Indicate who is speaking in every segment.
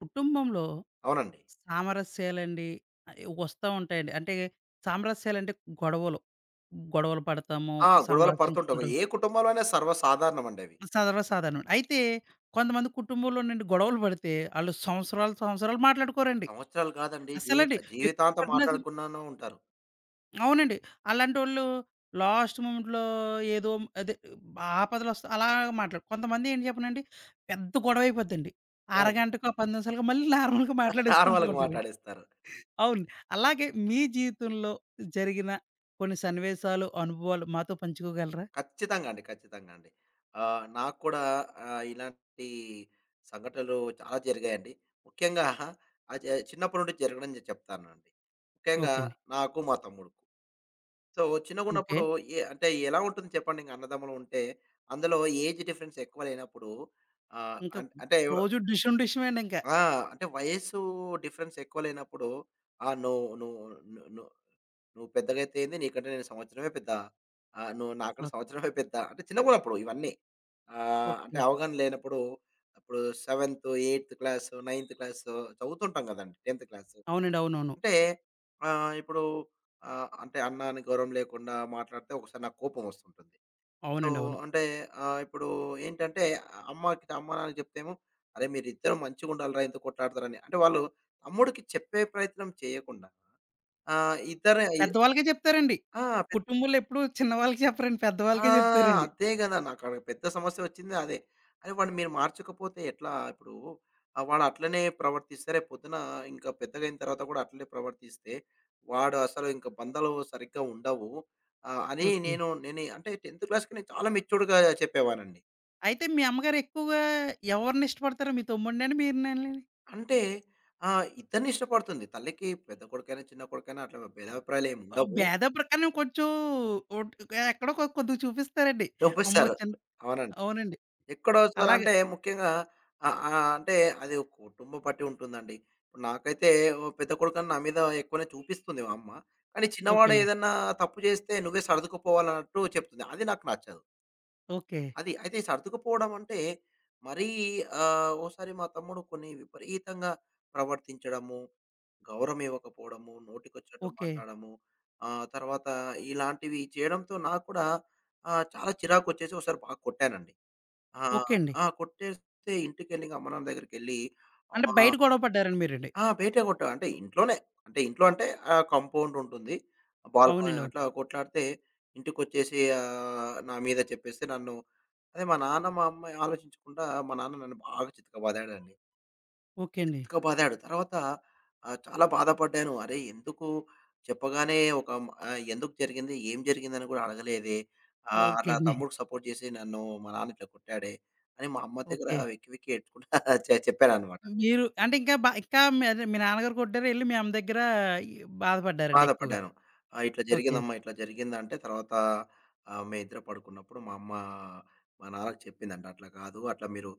Speaker 1: కుటుంబంలో
Speaker 2: అవునండి.
Speaker 1: సామరస్యాలండి ఆహ్, వస్తా ఉంటాయండి. అంటే సామరస్యాలంటే గొడవలు. గొడవలు పడతాము,
Speaker 2: ఆ! గొడవలు పడుతుంటాం.
Speaker 1: సంభాషించుకుంటూ
Speaker 2: ఏ కుటుంబంలో అయినా సర్వసాధారణమండి అవి.
Speaker 1: సర్వసాధారణం. అయితే కొంతమంది కుటుంబంలో నుండి గొడవలు పడితే ఆళ్ళు సంవత్సరాలు, సంవత్సరాలు మాట్లాడుకోరండి.
Speaker 2: సంవత్సరాలు కాదండి
Speaker 1: అసలండి. ఎప్పుడు
Speaker 2: జీవితాంతం
Speaker 1: పడినా సరే
Speaker 2: మాట్లాడకుండానే ఉంటారు.
Speaker 1: అవునండి. అలాంటోళ్ళు లాస్ట్ మూమెంట్‌లో ఏదో అదే ఆపదలొస్తే అలా మాట్లాడు కొంతమంది ఏంటి చెప్పనండి పెద్ద గొడవ అయిపోద్దండి.
Speaker 2: అవును.
Speaker 1: అరగంటకో, 10 నిమిషాలకో మళ్ళీ నార్మల్‌గా మాట్లాడేసుకుంటూ
Speaker 2: నార్మల్‌గా
Speaker 1: ఉంటారు.
Speaker 2: మాట్లాడేస్తారు.
Speaker 1: అవును. అలాగే మీ జీవితంలో జరిగిన కొన్ని సన్నివేశాలు, అనుభవాలు మాతో పంచుకోగలరా?
Speaker 2: ఖచ్చితంగా అండి. ఖచ్చితంగా అండి. నాకు కూడా ఇలాంటి సంఘటనలు చాలా జరిగాయండి. ముఖ్యంగా ఆహ్, జ చిన్నప్పటి నుండి జరగడం చెప్తానండి. ముఖ్యంగా
Speaker 1: ఓకే అండి.
Speaker 2: నాకు, మా తమ్ముడుకు. So,
Speaker 1: okay.
Speaker 2: చిన్నగున్నప్పుడు ఏ అంటే ఎలా ఉంటుంది చెప్పండి ఇంక అన్నదమ్ములు ఉంటే, అందులో ఏజ్ డిఫరెన్స్ ఎక్కువ లేనప్పుడు ఆహ్,
Speaker 1: ఇంకా
Speaker 2: అం అంటే
Speaker 1: రోజు డిష్‌ను డిష్‌మేనింకా.
Speaker 2: ఆ! అంటే వయస్సు డిఫరెన్స్ ఎక్కువ లేనప్పుడు, ఆ! నువ్వు నువ్వు ను ను నువ్వు పెద్దగైతే ఏంది? నీకంటే నేను సంవత్సరమే పెద్ద. నువ్వు
Speaker 1: ఓ
Speaker 2: నాకంటే సంవత్సరమే పెద్ద. అంటే చిన్నగున్నప్పుడు ఇవన్నీ. అంటే
Speaker 1: ఓకే.
Speaker 2: అవగాహన లేనప్పుడు ఇప్పుడు 7th, 8th class, 9th class చదువుతుంటాం గదండీ. 10th class.
Speaker 1: అవునండి. అవునవును.
Speaker 2: అంటే ఇప్పుడు అంటే అన్న అని గౌరవం లేకుండా మాట్లాడితే ఒకసారి నాకు కోపం వస్తుంటుంది. సో,
Speaker 1: అవునండి. అవును.
Speaker 2: అంటే ఇప్పుడు ఏంటంటే అమ్మ, నాన్నకి చెప్తేమో, "అరే! మీరిద్దరూ మంచిగుండాలిరా ఎందుకు కొట్లాడతారని." అంటే వాళ్ళు తమ్ముడికి చెప్పే ప్రయత్నం చేయకుండా ఆహ్, ఇద్దరే ఇ
Speaker 1: పెద్దవాళ్ళకే చెప్తారండి.
Speaker 2: ఆ! పెద్
Speaker 1: కుటుంబంలో ఎప్పుడు చిన్నవాళ్ళకి చెప్పరండి.
Speaker 2: ఆ!
Speaker 1: పెద్దవాళ్ళకే చెప్తారండి.
Speaker 2: అదే గదా! నాకాడ పెద్ద సమస్యొచ్చిందే అదే. అరే! వాడిని మీరు మార్చకపోతే ఎట్లా? ఇప్పుడు వాడు అట్లనే ప్రవర్తిస్తే రేపు పొద్దున ఇంకా పెద్దగా అయిన తర్వాత కూడా అట్లనే ప్రవర్తిస్తే, వాడు అసలు ఇంక బంధాలు సరిగ్గా ఉండవు. అని
Speaker 1: ఓకే.
Speaker 2: నేను నేను అంటే 10థ్ క్లాస్‌కి నేను చాలా మెచ్యూర్డ్‌గా చెప్పేవాడినండి.
Speaker 1: అయితే మీ అమ్మగారు ఎక్కువగా ఎవరిని ఇష్టపడతారు? మీ తమ్ముడినేనా? మీరునేనండి?
Speaker 2: అంటే ఇద్దరిని ఇష్టపడుతుంది. తల్లికి పెద్ద కొడుకైనా, చిన్న కొడుకైనా అట్లా భేదాభిప్రాయాలు ఏమి
Speaker 1: ఆ!
Speaker 2: ఉండవు.
Speaker 1: భేద ప్రకారం కొంచెం ఒట్ ఎక్కడో కొద్దిగా చూపిస్తారండి. అమ్మో!
Speaker 2: ఒప్పేస్తారు.
Speaker 1: చిన్న
Speaker 2: అవునండి.
Speaker 1: అవునండి.
Speaker 2: ఎక్కడో చోర
Speaker 1: అలాగా.
Speaker 2: అంటే ముఖ్యంగా ఆహ్, ఆహ్, అంటే అది ఒక కుటుంబం బట్టి ఉంటుందండి. ఇప్పుడు నాకైతే ఓ పెద్ద కొడుకని నా మీద ఎక్కువనే చూపిస్తుంది మా అమ్మ. కానీ
Speaker 1: ఓకే
Speaker 2: చిన్నవాడు
Speaker 1: అండి.
Speaker 2: ఏదన్నా తప్పు చేస్తే నువ్వే సర్దుకుపోవాలన్నట్టు చెప్తుంది. అది నాకు నచ్చదు.
Speaker 1: ఓకే.
Speaker 2: అది. అయితే సర్దుకుపోవడం అంటే మరీ ఓసారి మా తమ్ముడు కొన్ని విపరీతంగా ప్రవర్తించడము, గౌరవం ఇవ్వకపోవడము, నోటికొచ్చినట్టు
Speaker 1: ఓకే.
Speaker 2: మాట్లాడము, తర్వాత ఇలాంటివి చేయడంతో నాకు కూడా చాలా చిరాకొచ్చేసి ఒకసారి బాగా కొట్టానండి. ఆహ్,
Speaker 1: ఓకే అండి.
Speaker 2: ఆ! కొట్టేస్తే ఇంటికెళ్ళి ఇంక అమ్మ, నాన్న దగ్గరికెళ్ళి
Speaker 1: అంటే
Speaker 2: ఆహ్
Speaker 1: బయట గొడవ పడ్డారండి మీరండి.
Speaker 2: ఆ! బయటే కొట్టా. అంటే ఇంట్లోనే. అంటే ఇంట్లో అంటే కాంపౌండ్ ఉంటుంది. బాల్క
Speaker 1: అవునండి.
Speaker 2: అట్లా
Speaker 1: అవును.
Speaker 2: కొట్లాడితే ఇంటికొచ్చేసి నా మీద చెప్పేస్తే నన్ను అదే మా నాన్న, మా అమ్మ ఆలోచించకుండా మా నాన్న నన్ను బాగా చితకబాదాడండి.
Speaker 1: ఓకే అండి.
Speaker 2: చితకబాదాడు. తర్వాత చాలా బాధపడ్డాను. అరే! ఎందుకు చెప్పగానే ఒక ఎందుకు జరిగింది? ఏం జరిగిందని కూడా అడగలేదే.
Speaker 1: ఓకే
Speaker 2: అట్లా
Speaker 1: అండి.
Speaker 2: తమ్ముడికి సపోర్ట్ చేసి నన్ను మా నాన్న ఇట్లా కొట్టాడే అని మా అమ్మ దగ్గర
Speaker 1: ఓకే.
Speaker 2: వెక్కి వెక్కి ఏడ్చుకుంటా చెప్పాననమాట.
Speaker 1: మీరు అంటే ఇంకా ఇంకా మీ అదే మీ నాన్నగారు కొట్టారు ఎళ్లి మీ అమ్మ దగ్గర ఈ బాధపడ్డారండి ఎక్కువగా.
Speaker 2: బాధపడ్డాను. ఆ! ఇట్లా
Speaker 1: ఓకే.
Speaker 2: జరిగిందమ్మా, ఇట్లా జరిగిందంటే తర్వాత మేమిద్దరం పడుకున్నప్పుడు మా అమ్మ మా నాన్నకి చెప్పిందంట. "అట్లా కాదు. అట్లా మీరు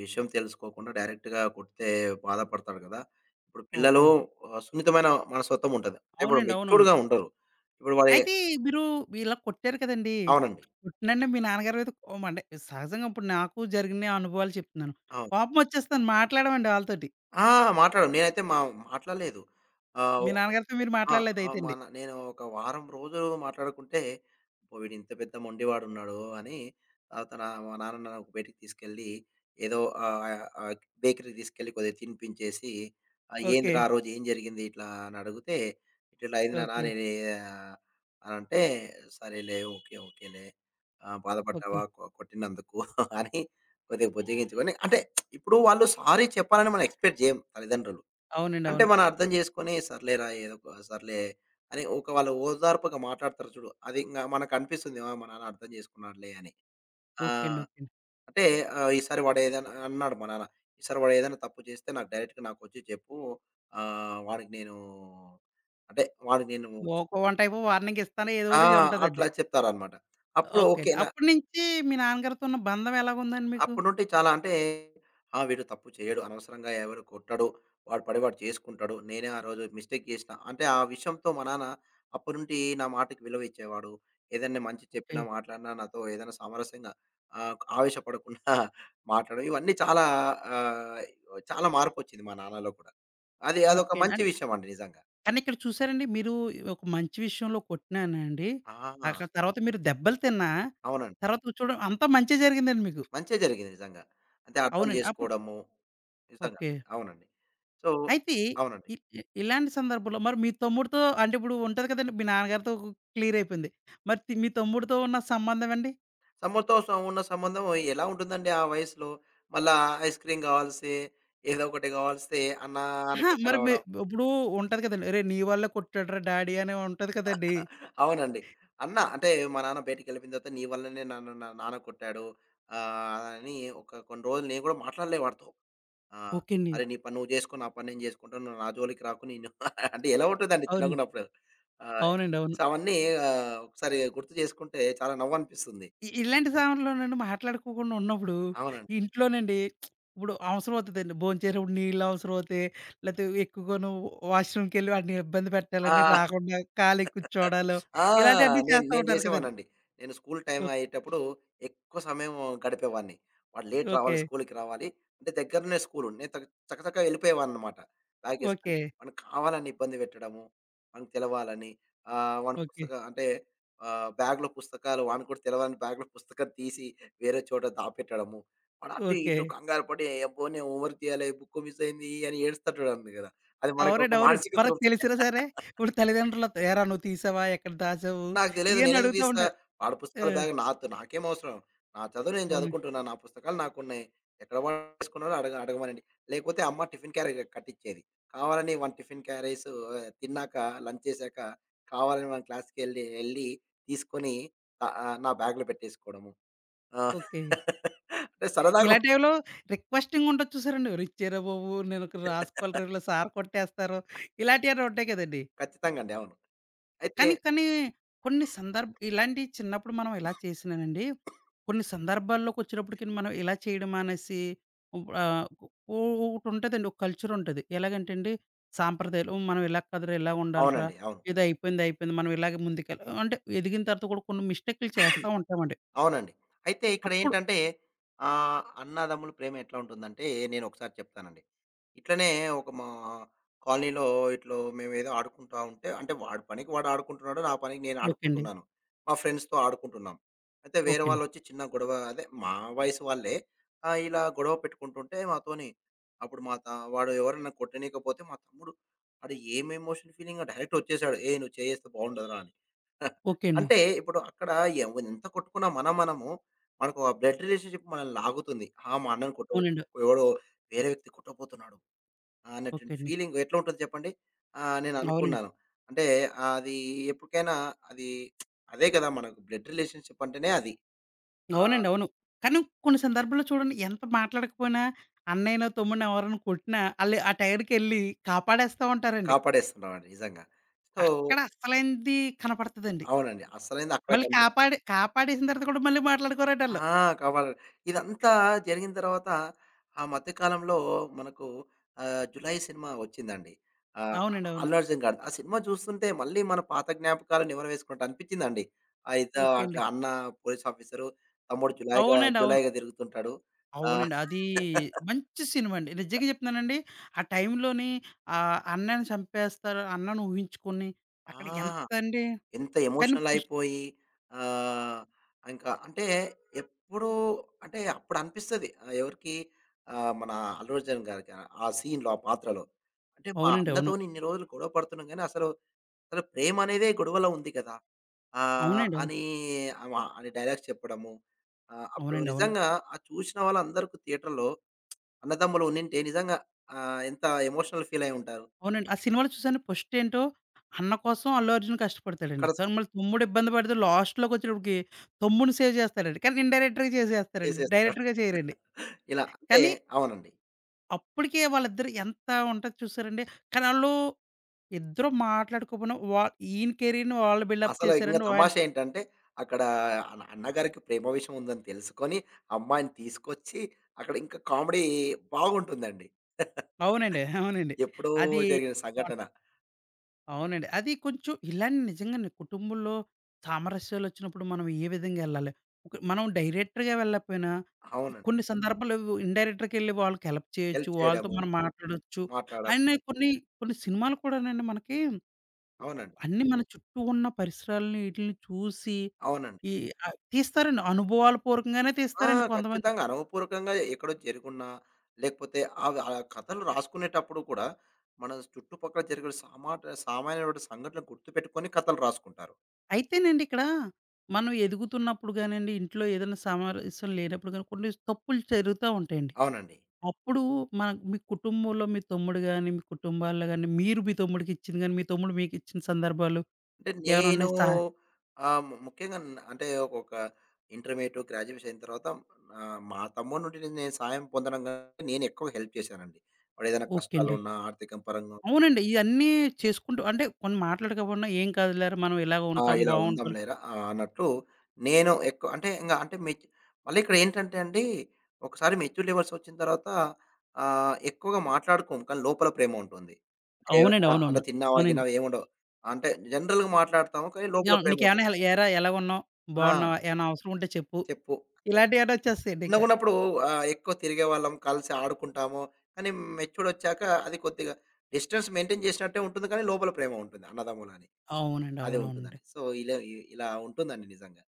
Speaker 2: విషయం తెలుసుకోకుండా డైరెక్ట్‌గా కొడితే బాధపడతాడు కదా!" ఇప్పుడు పిల్లలు
Speaker 1: ఓకే.
Speaker 2: సున్నితమైన మనస్తత్వం ఉంటది. అంటే ఇప్పుడు
Speaker 1: అవునండి. అవునవును.
Speaker 2: మెచ్యూర్డ్‌గా ఉండరు. ఇప్పుడు వాడి
Speaker 1: అయితే మీరు ఇలా కొట్టారు కదండీ!
Speaker 2: అవునండి.
Speaker 1: కొట్టినంటే మీ నాన్నగారి మీద కోపం అంటే సహజంగా ఇప్పుడు నాకు జరిగిన అనుభవాలు చెప్తున్నాను.
Speaker 2: అవును.
Speaker 1: కోపం వచ్చేస్తదని మాట్లాడమండి ఆళ్ళతోటి.
Speaker 2: ఆ! మాట్లాడను. నేనైతే మా మాట్లాడలేదు. ఆహ్
Speaker 1: మీ నాన్నగారితో మీరు
Speaker 2: ఆ! ఆ!
Speaker 1: మాట్లాడలేదైతేండి.
Speaker 2: నేను ఒక వారం రోజులు మాట్లాడుకుంటే, అబ్బో! వీడు ఇంత పెద్ద మొండివాడున్నాడు అని ఆహ్, తన మా నాన్న నన్ను ఒక బయటికి తీసుకెళ్ళి, ఏదో ఆహ్, ఆహ్, బేకరీకి తీసుకెళ్ళి కొద్దిగా తినిపించేసి,
Speaker 1: ఓకే.
Speaker 2: "ఏందిరా ఆ రోజు ఏం జరిగింది?" ఇట్లా అని అడిగితే, "ఇట్లా ఇట్లా అయింది నాన్న
Speaker 1: ఓకే.
Speaker 2: నేను" ఆహ్, అని అంటే, "సరేలే, ఓకే, ఓకేలే.
Speaker 1: ఓకే.
Speaker 2: బాధపడ్డావా కొట్టినందుకు" అని కొద్దిగా బుజ్జగించుకొని అంటే ఇప్పుడు వాళ్ళు సారీ చెప్పాలని మనం ఎక్స్‌పెక్ట్ చేయం తల్లిదండ్రులు.
Speaker 1: అవునండి.
Speaker 2: అంటే
Speaker 1: అవును.
Speaker 2: మనం అర్థం చేసుకొని సర్లేరా ఏదో ఒక సర్లే అని ఒక వాళ్ళు ఓదార్పుగా మాట్లాడతారు చూడు. అది ఇంగ మనకనిపిస్తుంది. ఆ! మా నాన్న అర్థం చేసుకున్నాడులే అని. ఆ!
Speaker 1: ఓకే అండి. ఓకే అండి.
Speaker 2: అంటే ఈసారి వాడు ఏదైనా అన్నాడు మా నాన్న. ఈసారి వాడు ఏదైనా తప్పు చేస్తే నాకు డైరెక్ట్‌గా నాకొచ్చి చెప్పు. వాడికి నేను అంటే వాడికి నేను
Speaker 1: ఒక వన్ టైప్ ఆఫ్ వార్నింగ్ ఇస్తాను. ఏదో
Speaker 2: ఆ!
Speaker 1: ఒకటి ఉంటదండి.
Speaker 2: అట్లా చెప్తారనమాట. అప్పుడు
Speaker 1: ఓకే
Speaker 2: ఓకే.
Speaker 1: అండి. అప్పటి నుంచి మీ నాన్నగారితో ఉన్న బంధం ఎలాగుందండి మీకు?
Speaker 2: అప్పటి నుండి చాలా అంటే, ఆ! వీడు తప్పు చేయడు. అనవసరంగా ఎవరు కొట్టడు. వాడు పడి వాడు చేసుకుంటాడు. నేనే ఆ రోజు మిస్టేక్ చేసినా. అంటే ఆ విషయంతో మా నాన్న అప్పటి నుండి నా మాటకి విలువ ఇచ్చేవాడు. ఏదైనా మంచి చెప్పినా,
Speaker 1: ఓకే.
Speaker 2: మాట్లాడినా నాతో ఏదైనా సామరస్యంగా ఆవేశపడకుండా మాట్లాడడం. ఇవన్నీ చాలా ఆహ్, చాలా మార్పొచ్చింది మా నాన్నలో కూడా. అది అదొక
Speaker 1: ఓకే అండి.
Speaker 2: మంచి
Speaker 1: అన్
Speaker 2: విషయం అండి నిజంగా.
Speaker 1: కానీ ఇక్కడ చూసారండి మీరు ఒక మంచి విషయంలో కొట్టినానండి.
Speaker 2: ఆ!
Speaker 1: అక్కడ తర్వాత మీరు దెబ్బలు తిన్నా,
Speaker 2: అవునండి.
Speaker 1: తర్వాత చూడడం అంతా మంచే జరిగిందండి మీకు.
Speaker 2: మంచే జరిగింది నిజంగా. అంటే అర్థం
Speaker 1: అవునండి. అప్పుడు
Speaker 2: చేసుకోవడము. నిజంగా
Speaker 1: ఓకే.
Speaker 2: అండి. అవునండి. సో
Speaker 1: అయితే
Speaker 2: అవునండి.
Speaker 1: ఇ ఇ ఇలాంటి సందర్భంలో మరి మీ తమ్ముడితో అంటే ఇప్పుడు ఉంటది కదండీ మీ నాన్నగారితో క్లియర్ అయిపోయింది. మరి తి మీ తమ్ముడితో ఉన్న సంబంధం అండి?
Speaker 2: సమ్మర్‌తో స ఉన్న సంబంధం ఎలా ఉంటుందండి ఆ వయసులో? మళ్ళా ఐస్ క్రీమ్ గావాల్సి, ఏదో ఒకటి గావాల్సి అన్నా
Speaker 1: అహా!
Speaker 2: అనుకుంటా
Speaker 1: మరి మీ
Speaker 2: రావడం.
Speaker 1: ఇప్పుడు ఉంటది కదండీ. "అరేయ్! నీ వల్లే కొట్టాడురా డాడీ" అని ఉంటది కదండీ!
Speaker 2: అవునండి. అన్న అంటే మా నాన్న బయటికెళ్ళిపోయిన తర్వాత నీ వల్లనే నన్ను నా నాన్న కొట్టాడు. అని ఒక కొన్ని రోజులు నేను కూడా వాడితో. ఆ!
Speaker 1: ఓకే అండి.
Speaker 2: అరే! నీ పని నువ్వు జేసుకో. నా పని నేను జేసుకుంటాను. నువ్వు నా జోలికి రాకు నేను అంటే ఎలా ఉంటుందండి
Speaker 1: అవును.
Speaker 2: చిన్నగున్నప్పుడు. ఆహ్,
Speaker 1: అవునండి. అవును.
Speaker 2: సో, అవన్నీ ఒకసారి గుర్తు జేసుకుంటే చాలా నవ్వనిపిస్తుంది.
Speaker 1: ఇలాంటి సమయంలోనండి మాట్లాడుకోకుండా ఉన్నప్పుడు,
Speaker 2: అవునండి.
Speaker 1: ఇంట్లోనండి ఇప్పుడు అవసరం అవుతదండి. భోంచేసేప్పుడు నీళ్ళు అవసరం అవుతాయి. లేతే ఎక్కువగాను వాష్‌రూమ్‌కెళ్ళి వాడిని ఇబ్బంది పెట్టాలని
Speaker 2: ఆ!
Speaker 1: రాకుండా ఖాళీ కూర్చోవడాలు,
Speaker 2: ఆ!
Speaker 1: ఇలాంటియన్నీ
Speaker 2: నేను
Speaker 1: చేస్తా
Speaker 2: నేను
Speaker 1: ఉంటారు కదండీ.
Speaker 2: జేసేవాడినండి. నేను స్కూల్ టైమ్
Speaker 1: ఓకే.
Speaker 2: అయ్యేటప్పుడు ఎక్కువ సమయం గడిపేవాడిని. వాడు లేట్ రావాలి,
Speaker 1: ఓకే.
Speaker 2: స్కూల్‌కి రావాలి. అంటే దగ్గరనే స్కూలు. నేను చకచక వెళ్ళిపోయేవాడినన్నమాట బ్యాగేసుకొని.
Speaker 1: ఓకే.
Speaker 2: వాడిని కావాలని ఇబ్బంది పెట్టడము, వానికి తెలవాలని ఆహ్, వాని
Speaker 1: ఓకే.
Speaker 2: పుస్తక అంటే బ్యాగ్‌లో పుస్తకాలు వానికి కూడా తెలవని బ్యాగ్‌లో పుస్తకం తీసి వేరే చోట దాపెట్టడము. వాడు అటు
Speaker 1: ఓకే.
Speaker 2: ఇటు కంగారు పడి అబ్బో! నేను హోంవర్క్ చేయాలి, బుక్ మిస్ అయింది అని ఏడుస్తూ ఉంటాడండి గదా! అది
Speaker 1: అవునండి.
Speaker 2: మనకొక
Speaker 1: అవునండి.
Speaker 2: మానసిక
Speaker 1: మనకు
Speaker 2: తృప్తి.
Speaker 1: తెలిసినా సరే, ఇప్పుడు తల్లిదండ్రులతో "ఏరా! నువ్వు తీసావా? ఎక్కడ దాచావు?"
Speaker 2: నాకు తెలీదు.
Speaker 1: ఇయన్నీ
Speaker 2: నేనెందుకు
Speaker 1: అడుగుతా
Speaker 2: తీస్తా?
Speaker 1: ఉంటారు.
Speaker 2: వాడి
Speaker 1: ఆ!
Speaker 2: పుస్తకాల బ్యాగ్ నాతో నాకేం అవసరం? నా చదువు నేను
Speaker 1: అవును.
Speaker 2: చదువుకుంటున్నాను. నా పుస్తకాలు నాకున్నాయి. ఎక్కడ పడేసుకున్నారో అడగమనండి. లేకపోతే అమ్మ టిఫిన్ క్యారీ కట్టిచ్చేది. కావాలని వాని టిఫిన్ క్యారీస్ తిన్నాక, లంచ్ చేశాక కావాలని వాని ఎళ్ళి తీసుకొని ఆహ్, ఆహ్, నా బ్యాగ్‌లో పెట్టేసుకోవడము. ఆ!
Speaker 1: ఓకే.
Speaker 2: అంటే సరదాగా
Speaker 1: ఇలాంటి టైంలో రిక్వెస్టింగ్ ఉంటది చూసారండి. "ఒరేయ్! ఇచ్చేరా బాబు! నేను ఇక్కడ రాసుకోలేరా ఈళ్ళు సార్ కొట్టేస్తారు." ఇలాంటియేవన్నా ఉంటాయి కదండీ.
Speaker 2: ఖచ్చితంగా అండి. అవును. అయితే
Speaker 1: కానీ కొన్ని సందర్భ ఇలాంటియి చిన్నప్పుడు మనం ఇలా చేసినానండి, కొన్ని సందర్భాల్లోకొచ్చినప్పటికి మనం ఇలా చేయడం మానేసి ఉబ్ ఆహ్, ఓ ఒకటుంటదండి. ఒక కల్చరుంటది. ఎలాగంటే అండి, సాంప్రదాయాలు "ఓ, మనం ఇలా కాదురా! ఇలా ఉండాలిరా!
Speaker 2: అవునండి. అవును.
Speaker 1: ఏదో అయిపోయింది, అయిపోయింది. మనం ఇలాగే ముందుకెళ్ అంటే ఎదిగిన తర్వాత కూడా కొన్ని మిస్టేకులు చేస్తా ఉంటామండి.
Speaker 2: అవునండి. అయితే
Speaker 1: అప్పుడు
Speaker 2: ఇక్కడేంటంటే అన్నాదమ్ముల ప్రేమ ఎట్లా ఉంటుందంటే, నేనొకసారి చెప్తానండి. ఇట్లనే ఒక మా కాలనీలో ఇట్లో మేమేదో ఆడుకుంటా ఉంటే అంటే వాడి పనికి వాడు ఆడుకుంటున్నాడు. నా పనికి నేను
Speaker 1: ఓకే అండి.
Speaker 2: ఆడుకుంటున్నాను. మా ఫ్రెండ్స్‌తో ఆడుకుంటున్నాం. అయితే వేరే
Speaker 1: ఓకే అండి.
Speaker 2: వాళ్ళొచ్చి చిన్న గొడవ అదే మా వయసు వాళ్ళే ఇలా గొడవ పెట్టుకుంటుంటే మాతోని అప్పుడు మా త వాడు ఎవరన్నా కొట్టనీయకపోతే మా తమ్ముడు ఆడు ఏం ఎమోషన్ ఫీలింగో డైరెక్ట్ వచ్చేసాడు. "ఏయ్! నువ్వు చేయ్యేస్తే బావుండదురా" అని.
Speaker 1: ఓకే అండి.
Speaker 2: అంటే ఇప్పుడు అక్కడ ఎంత కొట్టుకున్నా మనము మనకు ఆ బ్లడ్ రిలేషన్‌షిప్ మనల్ని లాగుతుంది. ఆ! మా అన్నని
Speaker 1: అవునండి.
Speaker 2: ఎవడో వేరే వ్యక్తి కొట్టబోతున్నాడు
Speaker 1: ఓకే
Speaker 2: అన్నటువంటి
Speaker 1: అండి.
Speaker 2: ఫీలింగ్ ఎట్లా ఉంటుంది చెప్పండి? నేను
Speaker 1: అవునండి.
Speaker 2: అనుకున్నాను. అంటే అది ఎప్పటికైనా అది అదే కదా! మనకు బ్లడ్ రిలేషన్‌షిప్ అంటేనే అది. ఆహ్,
Speaker 1: అవునండి. అవును. కానీ కొన్ని సందర్భాల్లో చూడండి ఎంత మాట్లాడకపోయినా అన్నయ్యనో, తమ్ముడినో ఎవరైనా కొట్టినా ఆళ్ళు ఆ టైంకెళ్ళి కాపాడేస్తా ఉంటారండి.
Speaker 2: కాపాడేస్తున్నామండి నిజంగా. సో
Speaker 1: అక్కడ అసలైంది కనపడతదండి.
Speaker 2: అవునండి. అసలైంది అక్కడ
Speaker 1: మళ్ళీ
Speaker 2: కనిపిస్తుంది.
Speaker 1: కాపాడి కాపాడేసిన తర్వాత కూడా మళ్ళీ మాట్లాడుకోరండాళ్ళు.
Speaker 2: ఆ! కాపాడ ఇదంతా జరిగిన తర్వాత ఆ మధ్య కాలంలో మనకు 'జులై' సినిమా వచ్చిందండి. ఆహ్,
Speaker 1: అవునండి. అవును.
Speaker 2: 'అల్లు అర్జున్' గారిది. ఆ సినిమా చూస్తుంటే మళ్ళీ మన పాత జ్ఞాపకాలను నెమరువేసుకున్నట్టు అనిపించిందండి. ఆహ్, ఇద్ద
Speaker 1: ఓకే అండి.
Speaker 2: అట్లా అన్న పోలీస్ ఆఫీసరు, తమ్ముడు జులాయిగా
Speaker 1: అవునండి. అవును.
Speaker 2: జులాయిగా తిరుగుతుంటాడు. ఆ!
Speaker 1: అవునండి. అది మంచి సినిమా అండి. నిజంగా చెప్తున్నానండి. ఆ టైంలోని అన్నని చంపేస్తారు అన్నని ఊహించుకొని
Speaker 2: ఆ!
Speaker 1: అక్కడ ఎంతండి
Speaker 2: ఎంత
Speaker 1: కానీ పుష్
Speaker 2: ఎమోషనలయిపోయి ఆహ్, ఇంకా అంటే ఎప్పుడూ అంటే అప్పుడనిపిస్తది. ఎవరికీ మన 'అల్లు అర్జున్' గారికి ఆ సీన్‌లో, ఆ పాత్రలో. అంటే మా
Speaker 1: అవునండి. అవును.
Speaker 2: అన్నతోని ఇన్ని రోజులు గొడవ పడుతున్నాం గానీ అసలు, అసలు ప్రేమనేదే గొడవలో ఉంది కదా!
Speaker 1: అవునండి. అవును.
Speaker 2: అని ఆమ అని డైలాగ్స్ చెప్పడము. అప్పుడు
Speaker 1: అవునండి. అవును.
Speaker 2: నిజంగా అది చూసిన వాళ్ళందరికి థియేటర్‌లో అన్నదమ్ములు ఉండింటే నిజంగా ఎంత ఎమోషనల్ ఫీలయ్యుంటారు.
Speaker 1: అవునండి. ఆ సినిమాలో చూసాను ఫస్టేంటో అన్న కోసం అల్లు అర్జున్ కష్టపడతాడండి.
Speaker 2: అక్కడ
Speaker 1: తను మళ్ళీ తమ్ముడు ఇబ్బంది పడితే లాస్ట్‌లోకొచ్చేటప్పటికి తమ్ముడిని సేవ్ చేస్తాడండి. కానీ ఇన్‌డైరెక్టర్‌గా చేసేస్తారండి.
Speaker 2: చేసేస్తాడు.
Speaker 1: డైరెక్టర్‌గా చేయరండి.
Speaker 2: ఇలా అంటే
Speaker 1: కానీ
Speaker 2: అవునండి.
Speaker 1: అప్పటికే వాళ్ళిద్దరు ఎంత ఉంటది చూసారండి. కానీ ఆళ్ళు ఇద్దరు మాట్లాడుకోపోయినా వా ఈయన కెరీర్‌ని వాళ్ళు బిల్డప్
Speaker 2: అసలు ఇంగ
Speaker 1: చేశారండి. ఆయన
Speaker 2: తమాషా ఏంటంటే, అక్కడ అన్నగారికి ప్రేమ విషయం ఉందని తెలుసుకొని, అమ్మాయిని తీసుకొచ్చి, అక్కడ ఇంకా కామెడీ బాగుంటుందండి.
Speaker 1: అవునండి. అవునండి.
Speaker 2: ఎప్పుడో
Speaker 1: అది
Speaker 2: జరిగిన సంఘటన.
Speaker 1: అవునండి. అది కొంచెం ఇలానే నిజంగానే కుటుంబంలో సామరస్యాలొచ్చినప్పుడు మనం ఏ విధంగా ఎళ్ళాలి? ఒక మనం డైరెక్టర్‌గా వెళ్ళకపోయినా, ఈ
Speaker 2: అవునండి.
Speaker 1: కొన్ని సందర్భాలు ఇండైరెక్టర్‌కెళ్ళి వాళ్ళకి హెల్ప్ చేయొచ్చు.
Speaker 2: హెల్ప్
Speaker 1: వాళ్ళతో
Speaker 2: చేయడము,
Speaker 1: మనం మాట్లాడొచ్చు.
Speaker 2: మాట్లాడము.
Speaker 1: అయినా కొన్ని సినిమాలు కూడానండి మనకి
Speaker 2: అవునండి.
Speaker 1: అన్నీ మన చుట్టూ ఉన్న పరిసరాలని ఈటిలిని చూసి
Speaker 2: అవునండి.
Speaker 1: ఈ తీస్తారండి. అనుభవాల పూర్వకంగానే
Speaker 2: ఆ!
Speaker 1: తీస్తారండి కొంతమంది.
Speaker 2: ఖచ్చితంగా అనుభవపూర్వకంగా ఎక్కడో జరుగున్నా, లేకపోతే అవి ఆ కథలు రాసుకునేటప్పుడు కూడా, మన చుట్టుపక్కల జరిగిన సామాన్యమైన సంఘటనలు గుర్తుపెట్టుకొని కథలు రాసుకుంటారు.
Speaker 1: అయితేనండి ఇక్కడ మనం ఎదుగుతున్నప్పుడు గానండి, ఇంట్లో ఏదైనా సామరస్యం లేనప్పుడు గాని కొన్ని తప్పులు జరుగుతా ఉంటాయండి.
Speaker 2: అవునండి.
Speaker 1: అప్పుడు మన మీ కుటుంబంలో మీ తమ్ముడు గాని, మీ కుటుంబాల్లో గాని, మీరు మీ తమ్ముడికి ఇచ్చింది గాని, మీ తమ్ముడు మీకిచ్చిన సందర్భాలు
Speaker 2: అంటే
Speaker 1: ఏమైనా
Speaker 2: నేను
Speaker 1: ఉన్నాయి? సహ
Speaker 2: ఆహ్, ము ముఖ్యంగా అంటే ఒకొక ఇంటర్మీడియేట్, గ్రాడ్యుయేషన్ అయిన తర్వాత మా తమ్ముడి నుండి నేను నేను సాయం పొందడం గాని నేను ఎక్కువ హెల్ప్ చేశానండి. వాడేదైనా
Speaker 1: ఓకే అండి.
Speaker 2: కష్టాలున్నా, ఆర్థికం పరంగా
Speaker 1: అవునండి. ఇయన్నీ చేసుకుంటూ అంటే కొన్ని మాట్లాడకపోయినా ఏం కాదులేరా మనం ఇలాగ
Speaker 2: ఆ!
Speaker 1: ఉంటాం
Speaker 2: ఇలా ఉందాం
Speaker 1: బావుంటాం.
Speaker 2: లేరా అన్నట్టు నేను ఎక్కువ అంటే ఇంగ అంటే మళ్ళీ ఇక్కడ ఏంటంటే అండి, ఒకసారి మెచ్యూర్ లెవెల్స్ వచ్చిన తర్వాత ఎక్కువగా మాట్లాడుకోము. కానీ లోపల ప్రేమ ఉంటుంది. అంటే
Speaker 1: అవునండి.
Speaker 2: అంటే
Speaker 1: అవునవును.
Speaker 2: తిన్నావా,
Speaker 1: అవునండి.
Speaker 2: గిన్నావా ఏముండవు. అంటే జనరల్‌గా మాట్లాడతాము. కానీ లోపల
Speaker 1: యాహ్!
Speaker 2: ప్రేమ ఉంటుంది.
Speaker 1: నీకేమైనా హెల్ ఏరా ఎలాగున్నావు?
Speaker 2: ఆ!
Speaker 1: బావున్నావా? ఏమైనా అవసరం ఉంటే చెప్పు.
Speaker 2: చెప్పు.
Speaker 1: ఇలాంటియేమైనా వచ్చేస్తాయండి ఇక.
Speaker 2: చిన్నగున్నప్పుడు ఎక్కువ తిరిగేవాళ్ళం, కలిసి ఆడుకుంటాము. కానీ మెచ్యూర్‌డొచ్చాక అది కొద్దిగా డిస్టెన్స్ మెయింటైన్ చేసినట్టే ఉంటుంది కానీ, లోపల ప్రేమ ఉంటుంది. అన్నదమ్ములని.
Speaker 1: అవునండి.
Speaker 2: అదే
Speaker 1: అవునవునండి.
Speaker 2: ఉంటుందండి. సో, ఇలా ఇలా ఉంటుందండి నిజంగా.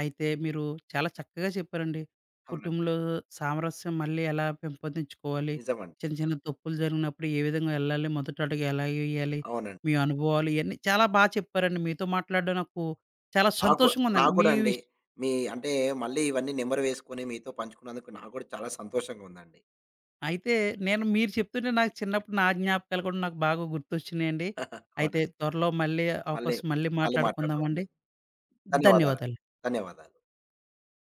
Speaker 1: అయితే మీరు చాలా చక్కగా చెప్పారండి.
Speaker 2: అవునండి.
Speaker 1: కుటుంబంలో సామరస్యం మళ్ళీ ఎలా పెంపొందించుకోవాలి?
Speaker 2: నిజమండి.
Speaker 1: చిన్న చిన్న తప్పులు జరిగినప్పుడు ఏ విధంగా ఎళ్ళాలి? మొదటి అడుగు ఎలా ఎయ్యాలి?
Speaker 2: అవునండి.
Speaker 1: మీ అనుభవాలు ఇయన్నీ చాలా బా చెప్పారండి. మీతో మాట్లాడడం నాకు చాలా
Speaker 2: నాకు
Speaker 1: సంతోషంగా ఉందండి.
Speaker 2: నాకు
Speaker 1: మీ
Speaker 2: కూడా అండి.
Speaker 1: విష్
Speaker 2: మీ అంటే మళ్ళీ ఇవన్నీ నెంబర్ వేసుకొని మీతో పంచుకున్నందుకు నాకు కూడా చాలా సంతోషంగా ఉందండి.
Speaker 1: అయితే నేను మీరు చెప్తుంటే నాకు చిన్నప్పుడు నా జ్ఞాపకాలు కూడా నాకు బాగా గుర్తొచ్చినియండి. అయితే
Speaker 2: అవునండి.
Speaker 1: త్వరలో మళ్ళీ
Speaker 2: మళ్ళీ
Speaker 1: అవకాశం మళ్ళీ
Speaker 2: మళ్ళీ మాట్లాడదామండి.
Speaker 1: మాట్లాడుకుందామండి.
Speaker 2: ధన్యవాదాలండి.
Speaker 1: ధన్యవాదాలు.
Speaker 2: ధన్యవాదాలు.